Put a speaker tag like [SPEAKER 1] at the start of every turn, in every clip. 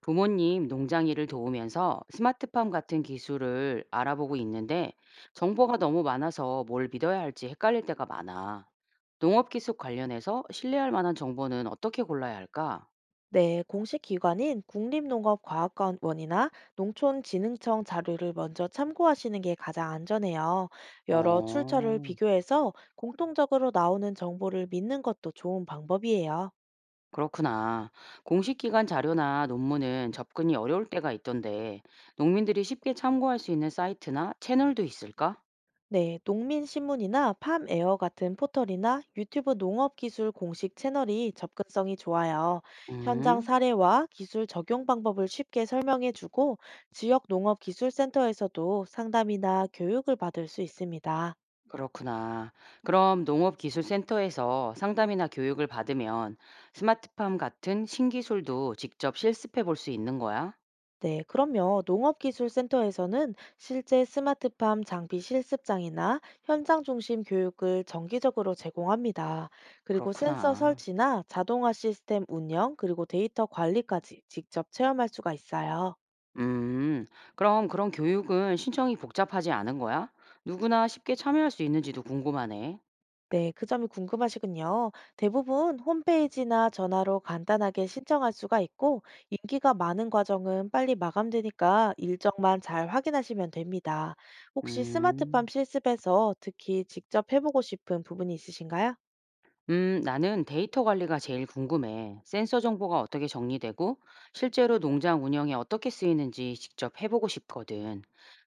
[SPEAKER 1] 부모님 농장 일을 도우면서 스마트팜 같은 기술을 알아보고 있는데 정보가 너무 많아서 뭘 믿어야 할지 헷갈릴 때가 많아. 농업 기술 관련해서 신뢰할 만한 정보는 어떻게 골라야 할까?
[SPEAKER 2] 네, 공식 기관인 국립농업과학원이나 농촌진흥청 자료를 먼저 참고하시는 게 가장 안전해요. 여러 출처를
[SPEAKER 1] 어,
[SPEAKER 2] 비교해서 공통적으로 나오는 정보를 믿는 것도 좋은 방법이에요.
[SPEAKER 1] 그렇구나. 공식 기관 자료나 논문은 접근이 어려울 때가 있던데 농민들이 쉽게 참고할 수 있는 사이트나 채널도 있을까?
[SPEAKER 2] 네, 농민신문이나 팜에어 같은 포털이나 유튜브 농업기술 공식 채널이 접근성이 좋아요. 현장
[SPEAKER 1] 음.
[SPEAKER 2] 사례와 기술 적용 방법을 쉽게 설명해주고 지역 농업기술센터에서도 상담이나 교육을 받을 수 있습니다.
[SPEAKER 1] 그렇구나. 그럼 농업기술센터에서 상담이나 교육을 받으면 스마트팜 같은 신기술도 직접 실습해 볼 수 있는 거야?
[SPEAKER 2] 네, 그럼요. 농업기술센터에서는 실제 스마트팜 장비 실습장이나 현장 중심 교육을 정기적으로 제공합니다. 그리고 센서
[SPEAKER 1] 그렇구나.
[SPEAKER 2] 설치나 자동화 시스템 운영, 그리고 데이터 관리까지 직접 체험할 수가 있어요.
[SPEAKER 1] 음, 그럼 그런 교육은 신청이 복잡하지 않은 거야? 누구나 쉽게 참여할 수 있는지도 궁금하네.
[SPEAKER 2] 네, 그 점이 궁금하시군요. 대부분 홈페이지나 전화로 간단하게 신청할 수가 있고, 인기가 많은 과정은 빨리 마감되니까 일정만 잘 확인하시면 됩니다. 혹시 스마트팜
[SPEAKER 1] 음.
[SPEAKER 2] 실습에서 특히 직접 해보고 싶은 부분이 있으신가요?
[SPEAKER 1] 나는 데이터 관리가 제일 궁금해. 센서 정보가 어떻게 정리되고 실제로 농장 운영에 어떻게 쓰이는지 직접 해보고 싶거든.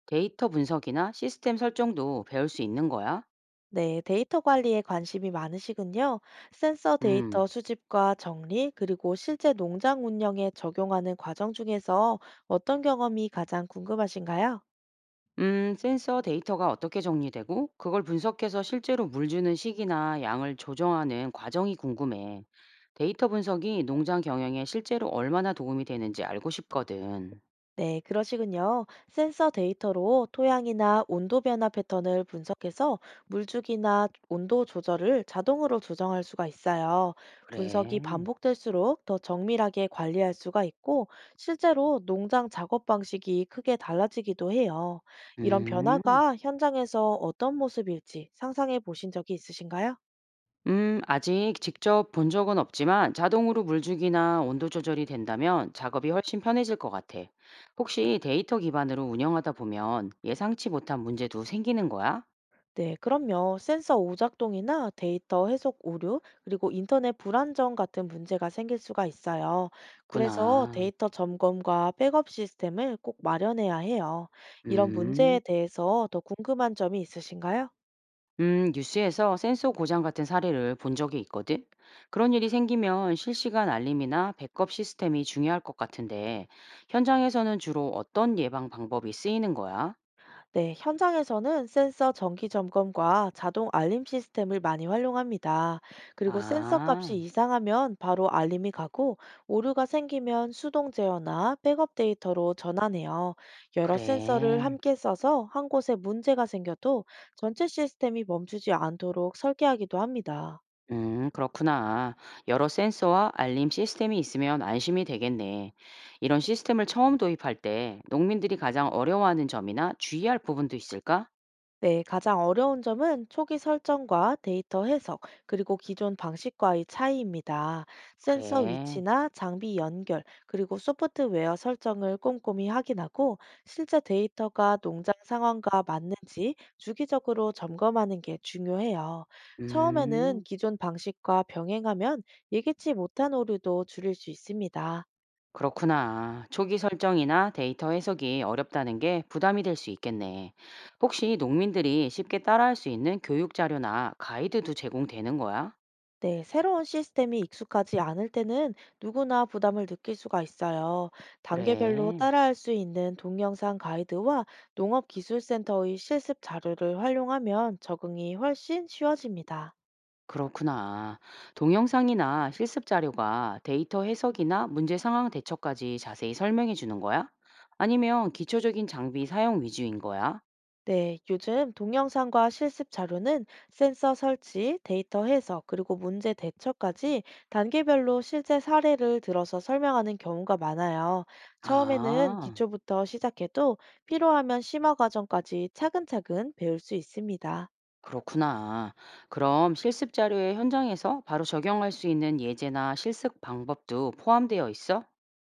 [SPEAKER 1] 데이터 분석이나 시스템 설정도 배울 수 있는 거야?
[SPEAKER 2] 네, 데이터 관리에 관심이 많으시군요. 센서
[SPEAKER 1] 음,
[SPEAKER 2] 데이터 수집과 정리, 그리고 실제 농장 운영에 적용하는 과정 중에서 어떤 경험이 가장 궁금하신가요?
[SPEAKER 1] 센서 데이터가 어떻게 정리되고 그걸 분석해서 실제로 물 주는 시기나 양을 조정하는 과정이 궁금해. 데이터 분석이 농장 경영에 실제로 얼마나 도움이 되는지 알고 싶거든.
[SPEAKER 2] 네, 그러시군요. 센서 데이터로 토양이나 온도 변화 패턴을 분석해서 물주기나 온도 조절을 자동으로 조정할 수가 있어요. 분석이
[SPEAKER 1] 그래.
[SPEAKER 2] 반복될수록 더 정밀하게 관리할 수가 있고, 실제로 농장 작업 방식이 크게 달라지기도 해요. 이런
[SPEAKER 1] 음.
[SPEAKER 2] 변화가 현장에서 어떤 모습일지 상상해 보신 적이 있으신가요?
[SPEAKER 1] 아직 직접 본 적은 없지만 자동으로 물주기나 온도 조절이 된다면 작업이 훨씬 편해질 것 같아. 혹시 데이터 기반으로 운영하다 보면 예상치 못한 문제도 생기는 거야?
[SPEAKER 2] 네, 그럼요. 센서 오작동이나 데이터 해석 오류, 그리고 인터넷 불안정 같은 문제가 생길 수가 있어요. 그래서
[SPEAKER 1] 구나.
[SPEAKER 2] 데이터 점검과 백업 시스템을 꼭 마련해야 해요. 이런
[SPEAKER 1] 음,
[SPEAKER 2] 문제에 대해서 더 궁금한 점이 있으신가요?
[SPEAKER 1] 뉴스에서 센서 고장 같은 사례를 본 적이 있거든. 그런 일이 생기면 실시간 알림이나 백업 시스템이 중요할 것 같은데 현장에서는 주로 어떤 예방 방법이 쓰이는 거야?
[SPEAKER 2] 네, 현장에서는 센서 정기 점검과 자동 알림 시스템을 많이 활용합니다. 그리고 센서 값이
[SPEAKER 1] 아,
[SPEAKER 2] 이상하면 바로 알림이 가고 오류가 생기면 수동 제어나 백업 데이터로 전환해요. 여러 센서를
[SPEAKER 1] 그래.
[SPEAKER 2] 함께 써서 한 곳에 문제가 생겨도 전체 시스템이 멈추지 않도록 설계하기도 합니다.
[SPEAKER 1] 그렇구나. 여러 센서와 알림 시스템이 있으면 안심이 되겠네. 이런 시스템을 처음 도입할 때 농민들이 가장 어려워하는 점이나 주의할 부분도 있을까?
[SPEAKER 2] 네, 가장 어려운 점은 초기 설정과 데이터 해석, 그리고 기존 방식과의 차이입니다. 센서
[SPEAKER 1] 그래.
[SPEAKER 2] 위치나 장비 연결, 그리고 소프트웨어 설정을 꼼꼼히 확인하고 실제 데이터가 농장 상황과 맞는지 주기적으로 점검하는 게 중요해요. 처음에는
[SPEAKER 1] 음,
[SPEAKER 2] 기존 방식과 병행하면 예기치 못한 오류도 줄일 수 있습니다.
[SPEAKER 1] 그렇구나. 초기 설정이나 데이터 해석이 어렵다는 게 부담이 될 수 있겠네. 혹시 농민들이 쉽게 따라할 수 있는 교육 자료나 가이드도 제공되는 거야?
[SPEAKER 2] 네, 새로운 시스템이 익숙하지 않을 때는 누구나 부담을 느낄 수가 있어요. 단계별로
[SPEAKER 1] 그래.
[SPEAKER 2] 따라할 수 있는 동영상 가이드와 농업기술센터의 실습 자료를 활용하면 적응이 훨씬 쉬워집니다.
[SPEAKER 1] 그렇구나. 동영상이나 실습 자료가 데이터 해석이나 문제 상황 대처까지 자세히 설명해 주는 거야? 아니면 기초적인 장비 사용 위주인 거야?
[SPEAKER 2] 네, 요즘 동영상과 실습 자료는 센서 설치, 데이터 해석, 그리고 문제 대처까지 단계별로 실제 사례를 들어서 설명하는 경우가 많아요. 처음에는
[SPEAKER 1] 아,
[SPEAKER 2] 기초부터 시작해도 필요하면 심화 과정까지 차근차근 배울 수 있습니다.
[SPEAKER 1] 그렇구나. 그럼 실습 자료에 현장에서 바로 적용할 수 있는 예제나 실습 방법도 포함되어 있어?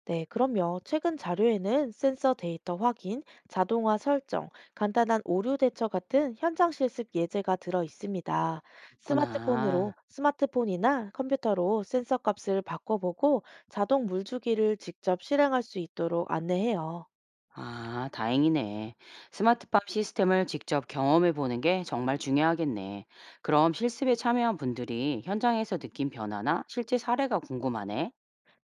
[SPEAKER 2] 네, 그럼요. 최근 자료에는 센서 데이터 확인, 자동화 설정, 간단한 오류 대처 같은 현장 실습 예제가 들어 있습니다.
[SPEAKER 1] 있구나.
[SPEAKER 2] 스마트폰이나 컴퓨터로 센서 값을 바꿔보고 자동 물주기를 직접 실행할 수 있도록 안내해요.
[SPEAKER 1] 아, 다행이네. 스마트팜 시스템을 직접 경험해 보는 게 정말 중요하겠네. 그럼 실습에 참여한 분들이 현장에서 느낀 변화나 실제 사례가 궁금하네.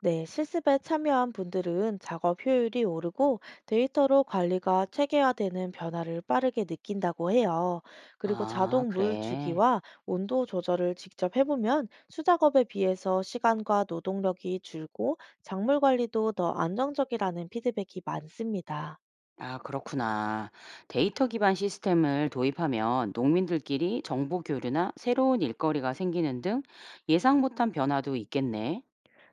[SPEAKER 2] 네, 실습에 참여한 분들은 작업 효율이 오르고 데이터로 관리가 체계화되는 변화를 빠르게 느낀다고 해요. 그리고
[SPEAKER 1] 아,
[SPEAKER 2] 자동 물
[SPEAKER 1] 그래.
[SPEAKER 2] 주기와 온도 조절을 직접 해보면 수작업에 비해서 시간과 노동력이 줄고 작물 관리도 더 안정적이라는 피드백이 많습니다.
[SPEAKER 1] 아, 그렇구나. 데이터 기반 시스템을 도입하면 농민들끼리 정보 교류나 새로운 일거리가 생기는 등 예상 못한 변화도 있겠네.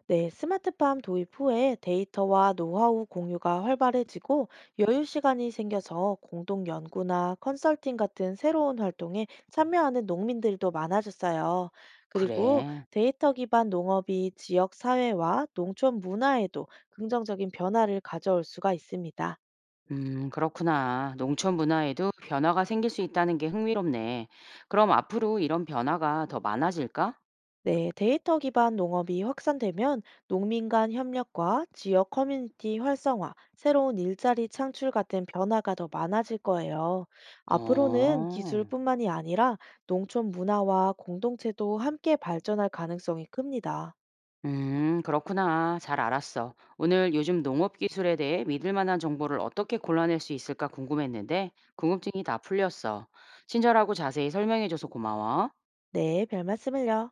[SPEAKER 2] 네, 스마트팜 도입 후에 데이터와 노하우 공유가 활발해지고 여유 시간이 생겨서 공동 연구나 컨설팅 같은 새로운 활동에 참여하는 농민들도 많아졌어요. 그리고
[SPEAKER 1] 그래.
[SPEAKER 2] 데이터 기반 농업이 지역 사회와 농촌 문화에도 긍정적인 변화를 가져올 수가 있습니다.
[SPEAKER 1] 그렇구나. 농촌 문화에도 변화가 생길 수 있다는 게 흥미롭네. 그럼 앞으로 이런 변화가 더 많아질까?
[SPEAKER 2] 네, 데이터 기반 농업이 확산되면 농민 간 협력과 지역 커뮤니티 활성화, 새로운 일자리 창출 같은 변화가 더 많아질 거예요. 앞으로는
[SPEAKER 1] 어,
[SPEAKER 2] 기술뿐만이 아니라 농촌 문화와 공동체도 함께 발전할 가능성이 큽니다.
[SPEAKER 1] 그렇구나. 잘 알았어. 오늘 요즘 농업 기술에 대해 믿을 만한 정보를 어떻게 골라낼 수 있을까 궁금했는데, 궁금증이 다 풀렸어. 친절하고 자세히 설명해줘서 고마워.
[SPEAKER 2] 네, 별 말씀을요.